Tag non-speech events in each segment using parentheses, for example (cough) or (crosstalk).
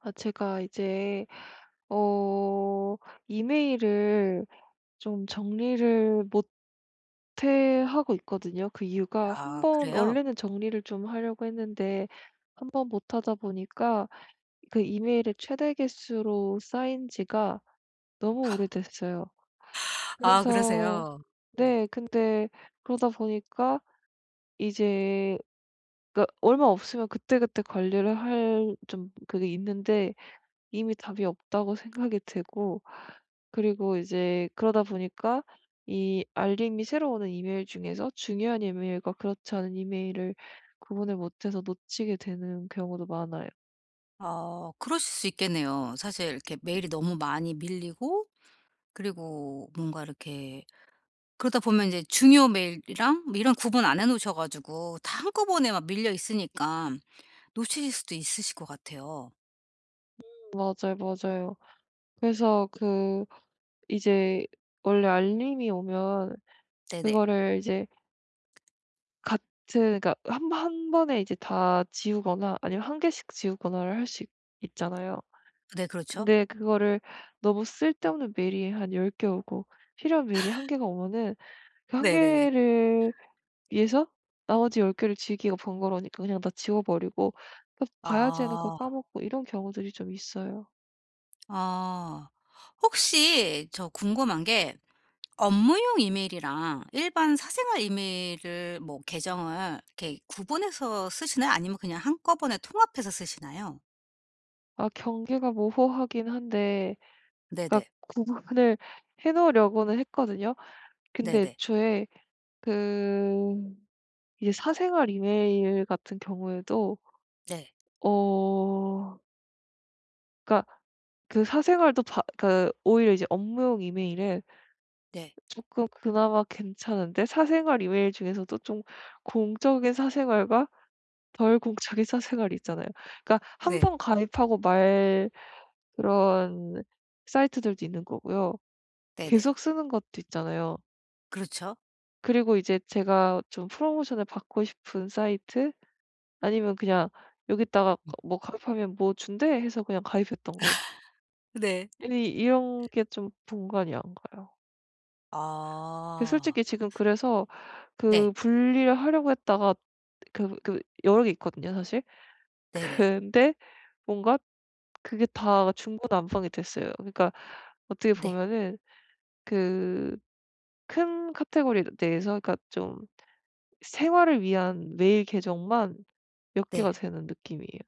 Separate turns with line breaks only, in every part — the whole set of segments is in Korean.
아, 제가 이제, 어, 이메일을 좀 정리를 못해 하고 있거든요. 그 이유가 한
아
번,
그래요?
원래는 정리를 좀 하려고 했는데, 한 번 못하다 보니까 그 이메일의 최대 개수로 쌓인 지가 너무 오래됐어요.
아
그래서,
그러세요? 네.
네, 근데 그러다 보니까 이제, 그 얼마 없으면 그때그때 관리를 할 좀 그게 있는데, 이미 답이 없다고 생각이 되고, 그리고 이제 그러다 보니까 이 알림이 새로 오는 이메일 중에서 중요한 이메일과 그렇지 않은 이메일을 구분을 못해서 놓치게 되는 경우도 많아요.
그러실 수 있겠네요. 사실 이렇게 메일이 너무 많이 밀리고 그리고 뭔가 이렇게 그러다 보면 이제 중요 메일이랑 뭐 이런 구분 안 해 놓으셔 가지고 다 한꺼번에 막 밀려 있으니까 놓치실 수도 있으실 것 같아요.
맞아요, 맞아요. 그래서 그 이제 원래 알림이 오면
네네.
그거를 이제 같은, 그러니까 한 번에 이제 다 지우거나 아니면 한 개씩 지우거나를 할 수 있잖아요.
네 그렇죠.
근데 그거를, 너무 쓸데없는 메일이 한 10개 오고 필요한 메일이 한 개가 오면은 그 한
네네네.
개를 위해서 나머지 열 개를 지우기가 번거로우니까 그냥 다 지워버리고 또 봐야지 해놓고
아.
까먹고 이런 경우들이 좀 있어요.
아. 혹시 저 궁금한 게 업무용 이메일이랑 일반 사생활 이메일을 뭐 계정을 이렇게 구분해서 쓰시나요? 아니면 그냥 한꺼번에 통합해서 쓰시나요?
아, 경계가 모호하긴 한데 그러니까
네네.
(laughs) 구분을 해 놓으려고는 했거든요. 근데
네네.
애초에 그 이제 사생활 이메일 같은 경우에도
네.
어 그러니까 그 사생활도 바 그 오히려 이제 업무용 이메일은
네.
조금 그나마 괜찮은데, 사생활 이메일 중에서도 좀 공적인 사생활과 결국 자기 사생활이 있잖아요. 그러니까 한
네.
번 가입하고 말 그런 사이트들도 있는 거고요.
네네.
계속 쓰는 것도 있잖아요.
그렇죠.
그리고 이제 제가 좀 프로모션을 받고 싶은 사이트, 아니면 그냥 여기다가
음.
뭐 "가입하면 뭐 준대." 해서 그냥 가입했던 거.
네.
이 이런 게 좀 분간이 안 가요. 그
아.
솔직히 지금 그래서
네.
그 분리를 하려고 했다가 그 여러 개 있거든요, 사실.
네네.
근데 뭔가 그게 다 중구난방이 됐어요. 그러니까 어떻게
네.
보면은 그 큰 카테고리 내에서 그러니까 좀 생활을 위한 메일 계정만 몇 개가
네.
되는 느낌이에요.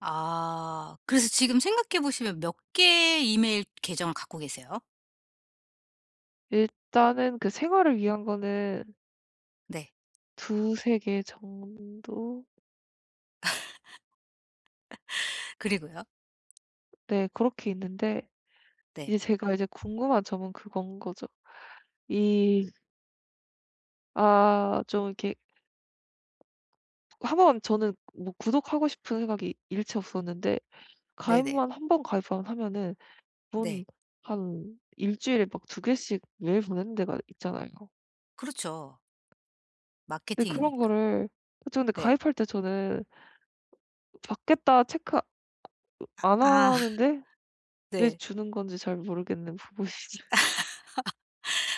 아. 그래서 지금 생각해 보시면 몇 개의 이메일 계정을 갖고 계세요?
일단은 그 생활을 위한 거는
네.
두, 세 개 정도?
그리고요?
네, 그렇게 있는데
네.
이제 제가 이제 궁금한 점은 그건 거죠. 이 아, 좀 이렇게 한번, 저는 뭐 구독하고 싶은 생각이 일체 없었는데
네네.
가입만 한 번 가입만 하면은 문
네.
한 일주일에 막 2개씩 메일 보내는 데가 있잖아요.
그렇죠.
근데 그런
마케팅이니까.
거를 저 근데
네.
가입할 때 저는 받겠다 체크 안
아
하는데 왜
네.
주는 건지 잘 모르겠는 부분이 (laughs)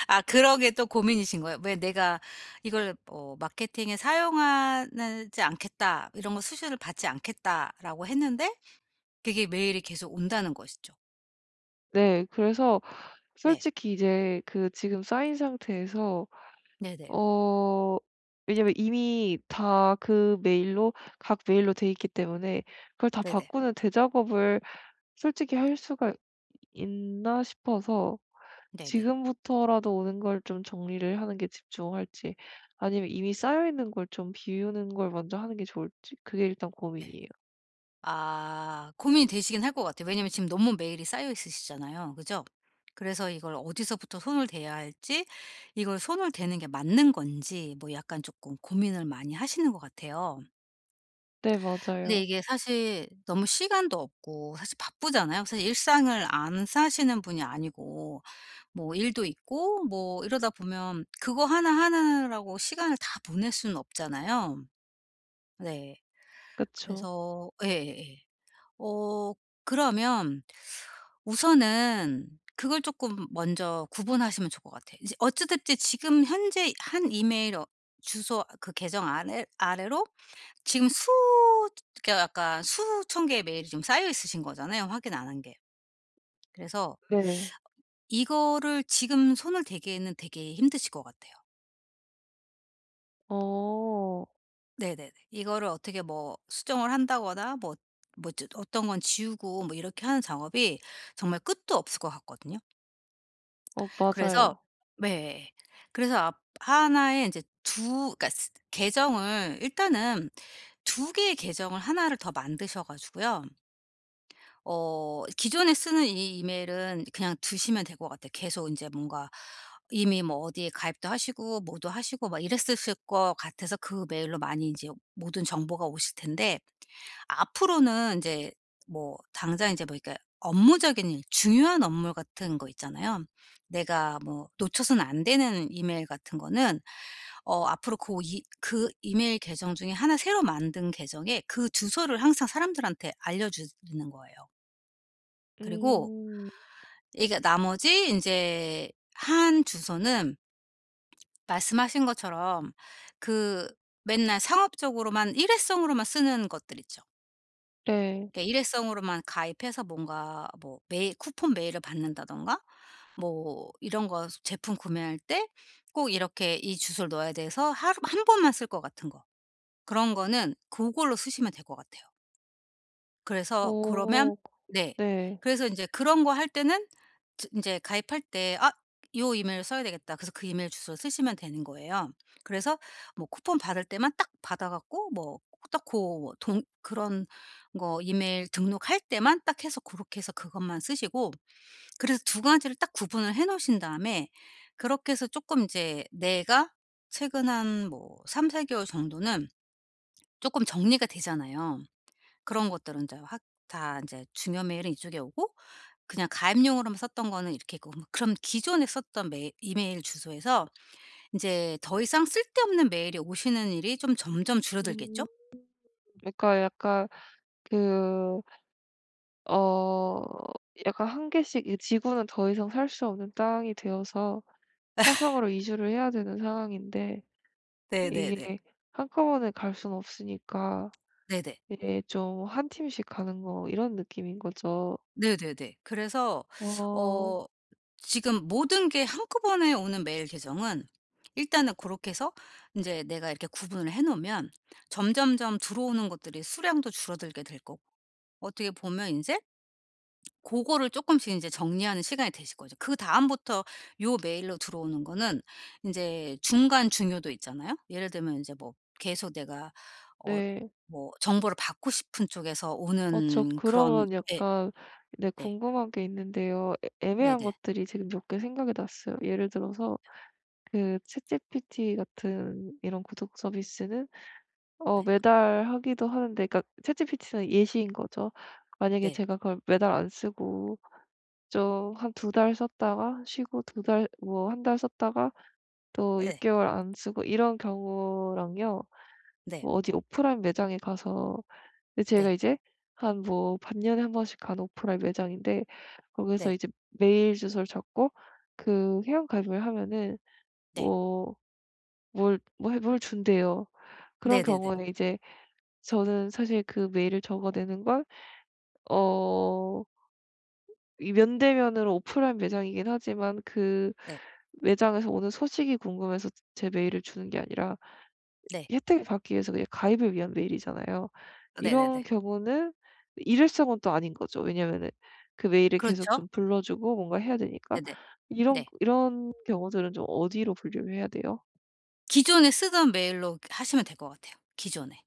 아 그런 게 또 고민이신 거예요? 왜 '내가 이걸 마케팅에 사용하지 않겠다. 이런 거 수수료를 받지 않겠다.'라고 했는데 그게 메일이 계속 온다는 것이죠.
네. 그래서
네.
솔직히 이제 그 지금 쌓인 상태에서
네네.
어 왜냐면 이미 다 그 메일로 각 메일로 돼 있기 때문에 그걸 다
네네.
바꾸는 대작업을 솔직히 할 수가 있나 싶어서,
네네.
지금부터라도 오는 걸 좀 정리를 하는 게 집중할지 아니면 이미 쌓여 있는 걸 좀 비우는 걸 먼저 하는 게 좋을지 그게 일단
네.
고민이에요.
아 고민이 되시긴 할 것 같아요. 왜냐면 지금 너무 메일이 쌓여 있으시잖아요. 그죠? 그래서 이걸 어디서부터 손을 대야 할지 이걸 손을 대는 게 맞는 건지 뭐 약간 조금 고민을 많이 하시는 것 같아요.
네,
근데
맞아요.
이게 사실 너무 시간도 없고 사실 바쁘잖아요. 사실 일상을 안 사시는 분이 아니고 뭐 일도 있고 뭐 이러다 보면 그거 하나하나라고 시간을 다 보낼 수는 없잖아요. 네.
그쵸.
그래서 예예예. 어 그러면 우선은 그걸 조금 먼저 구분하시면 좋을 것 같아요. 이제 어찌 됐든 지금 현재 한 이메일 주소 그 계정 아래로 지금 수 그러니까 약간 수천 개의 메일이 좀 쌓여 있으신 거잖아요, 확인 안 한 게. 그래서
네.
이거를 지금 손을 대기에는 되게 힘드실 것 같아요.
어.
네네네. 이거를 어떻게 뭐 수정을 한다거나 뭐 어떤 건 지우고 뭐 이렇게 하는 작업이 정말 끝도 없을 것 같거든요.
어,
그래서
맞아요.
네. 그래서 앞 하나의 이제 계정을 일단은 두 개의 계정을 하나를 더 만드셔 가지고요. 기존에 쓰는 이 이메일은 그냥 두시면 될 것 같아요. 계속 이제 뭔가 이미 뭐 어디에 가입도 하시고 뭐도 하시고 막 이랬으실 것 같아서 그 메일로 많이 이제 모든 정보가 오실 텐데 앞으로는 이제 뭐 당장 이제 뭐 이렇게 업무적인 일 중요한 업무 같은 거 있잖아요. 내가 뭐 놓쳐서는 안 되는 이메일 같은 거는 앞으로 그 이 그 이메일 계정 중에 하나 새로 만든 계정에 그 주소를 항상 사람들한테 알려 주는 거예요. 그리고
음.
이게 나머지 이제 한 주소는 말씀하신 것처럼 그 맨날 상업적으로만 일회성으로만 쓰는 것들 있죠.
네.
그러니까 일회성으로만 가입해서 뭔가 뭐 메일 쿠폰 메일을 받는다든가 뭐 이런 거 제품 구매할 때 꼭 이렇게 이 주소를 넣어야 돼서 하루 한 번만 쓸 것 같은 거. 그런 거는 그걸로 쓰시면 될 것 같아요. 그래서 그러면
어.
네.
네.
그래서 인제 그런 거 할 때는 즈 인제 가입할 때 '아 요 이메일을 써야 되겠다.' 그래서 그 이메일 주소를 쓰시면 되는 거예요. 그래서 뭐 쿠폰 받을 때만 딱 받아 갖고 뭐 딱고 뭐 동 그런 거 이메일 등록할 때만 딱 해서 고렇게 해서 그것만 쓰시고 그래서 두 가지를 딱 구분을 해 놓으신 다음에 그렇게 해서 쪼끔 인제 내가 최근 한 뭐 3~4 개월 정도는 쪼끔 정리가 되잖아요. 그런 것들은 이제 확 다 이제 중요 메일은 이쪽에 오고 그냥 가입용으로만 썼던 거는 이렇게 있고 뭐 그럼 기존에 썼던 메일 이메일 주소에서 이제 더 이상 쓸데없는 메일이 오시는 일이 좀 점점
음.
줄어들겠죠?
그러니까 약간 그 어 약간 한 개씩, 이 지구는 더 이상 살 수 없는 땅이 되어서 화성으로 이주를 해야 되는 상황인데,
네네네.
이게 한꺼번에 갈 수는 없으니까
네네.
이게 좀한 팀씩 가는 거 이런 느낌인 거죠.
네네네. 그래서
어.
어 지금 모든 게 한꺼번에 오는 메일 계정은 일단은 고렇게 해서 인제 내가 이렇게 구분을 해 놓으면 점점점 들어오는 것들이 수량도 줄어들게 될 거고 어떻게 보면 인제 그거를 조금씩 이제 정리하는 시간이 되실 거죠. 그다음부터 요 메일로 들어오는 거는 인제 중간 중요도 있잖아요. 예를 들면 인제 뭐 계속 내가 어
네.
뭐 정보를 받고 싶은 쪽에서
저,
오는 그런
그러면
예
약간, 네,
네.
궁금한 게 있는데요. 애 애매한
네네.
것들이 지금 몇 개 생각이 났어요. 예를 들어서 그 챗GPT 같은 이런 구독 서비스는
네.
매달 하기도 하는데, 그러니까 챗GPT는 예시인 거죠. 만약에
네.
제가 그걸 매달 안 쓰고 좀 한 두 달 썼다가 쉬고, 두 달 뭐 한 달 썼다가 또 6개월
예.
개월 안 쓰고 이런 경우랑요.
네.
뭐 어디 오프라인 매장에 가서, 근데 제가
네.
이제 한 뭐 반년에 한 번씩 가는 오프라인 매장인데, 거기서
네.
이제 메일 주소를 적고 그 회원가입을 하면은
네.
뭐 뭘 뭐 해 뭘 준대요. 그런
네네네.
경우는 이제, 저는 사실 그 메일을 적어내는 걸 어 이 면대면으로 오프라인 매장이긴 하지만, 그
네.
매장에서 오는 소식이 궁금해서 제 메일을 주는 게 아니라
네.
혜택을 받기 위해서 그냥 가입을 위한 메일이잖아요. 이런
네네네.
경우는 일회성은 또 아닌 거죠. 왜냐면은 그 메일을 계속
그렇죠.
좀 불러 주고 뭔가 해야 되니까.
네네. 네.
이런
네.
이런 경우들은 좀 어디로 분류를 해야 돼요?
기존에 쓰던 메일로 하시면 될 것 같아요 기존에.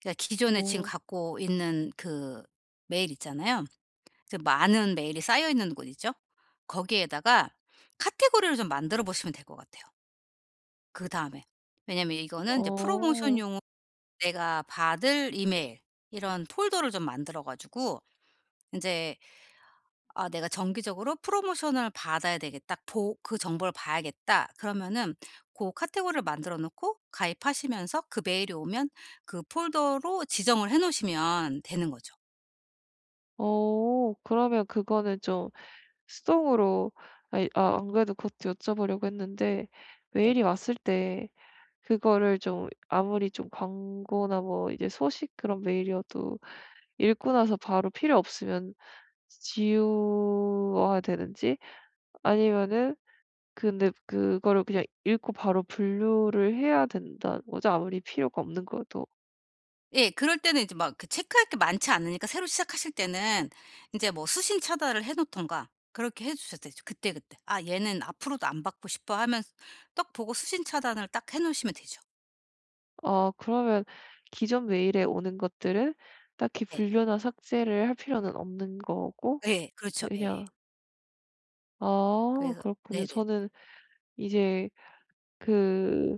그러니까 기존에 지금
어.
갖고 있는 그 메일 있잖아요. 그 많은 메일이 쌓여 있는 곳 있죠? 거기에다가 카테고리를 좀 만들어 보시면 될 것 같아요 그다음에. 왜냐면 이거는 이제 프로모션
어.
용 내가 받을 이메일 이런 폴더를 좀 만들어 가지고 이제 '아 내가 정기적으로 프로모션을 받아야 되겠다. 보 그 정보를 봐야겠다.' 그러면은 그 카테고리를 만들어 놓고 가입하시면서 그 메일이 오면 그 폴더로 지정을 해 놓으시면 되는 거죠.
어. 그러면 그거는 좀 수동으로, 아이 아 안 그래도 그것도 여쭤보려고 했는데, 메일이 왔을 때 그거를 좀, 아무리 좀 광고나 뭐 이제 소식 그런 메일이어도 읽고 나서 바로 필요 없으면 지워야 되는지, 아니면은 근데 그거를 그냥 읽고 바로 분류를 해야 된다는 거죠, 아무리 필요가 없는 거여도.
예. 그럴 때는 이제 막 그 체크할 게 많지 않으니까 새로 시작하실 때는 인제 뭐 수신 차단을 해 놓든가 그렇게 해 주셔도 되죠 그때그때. '아 얘는 앞으로도 안 받고 싶어.' 하면서 딱 보고 수신 차단을 딱 해 놓으시면 되죠.
아, 그러면 기존 메일에 오는 것들은 딱히
예.
분류나 삭제를 할 필요는 없는 거고
예. 그렇죠. 예예.
그냥, 아,
그래서
그렇군요.
네네.
저는 이제 그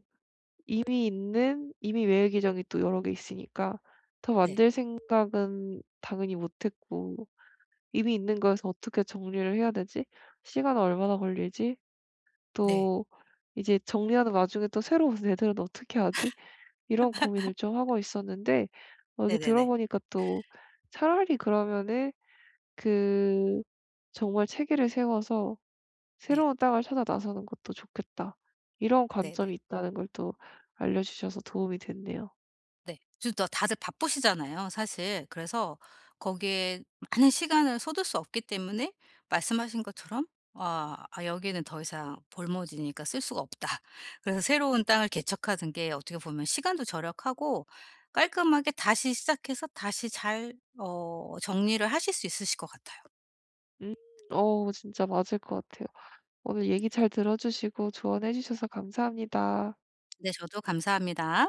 이미 메일 계정이 또 여러 개 있으니까 더
네.
만들 생각은 당연히 못 했고, 이미 있는 거에서 어떻게 정리를 해야 되지? 시간 얼마나 걸리지?
네.
또 이제 정리하는 와중에 또 새로운 (laughs) 애들은 어떻게 하지? 이런 고민을 좀 하고 있었는데 이게
네네네.
들어보니까, 또 차라리 그러면은 그 정말 체계를 세워서
네.
새로운 땅을 찾아 나서는 것도 좋겠다, 이런 관점이
네네.
있다는 걸 또 알려주셔서 도움이 됐네요.
네. 지금 또 다들 바쁘시잖아요 사실. 그래서 거기에 많은 시간을 쏟을 수 없기 때문에 말씀하신 것처럼 '아 여기는 더 이상 볼모지니까 쓸 수가 없다.' 그래서 새로운 땅을 개척하는 게 어떻게 보면 시간도 절약하고 깔끔하게 다시 시작해서 다시 잘 정리를 하실 수 있으실 것 같아요.
음, 진짜 맞을 것 같아요. 오늘 얘기 잘 들어주시고 조언해 주셔서 감사합니다.
네. 저도 감사합니다.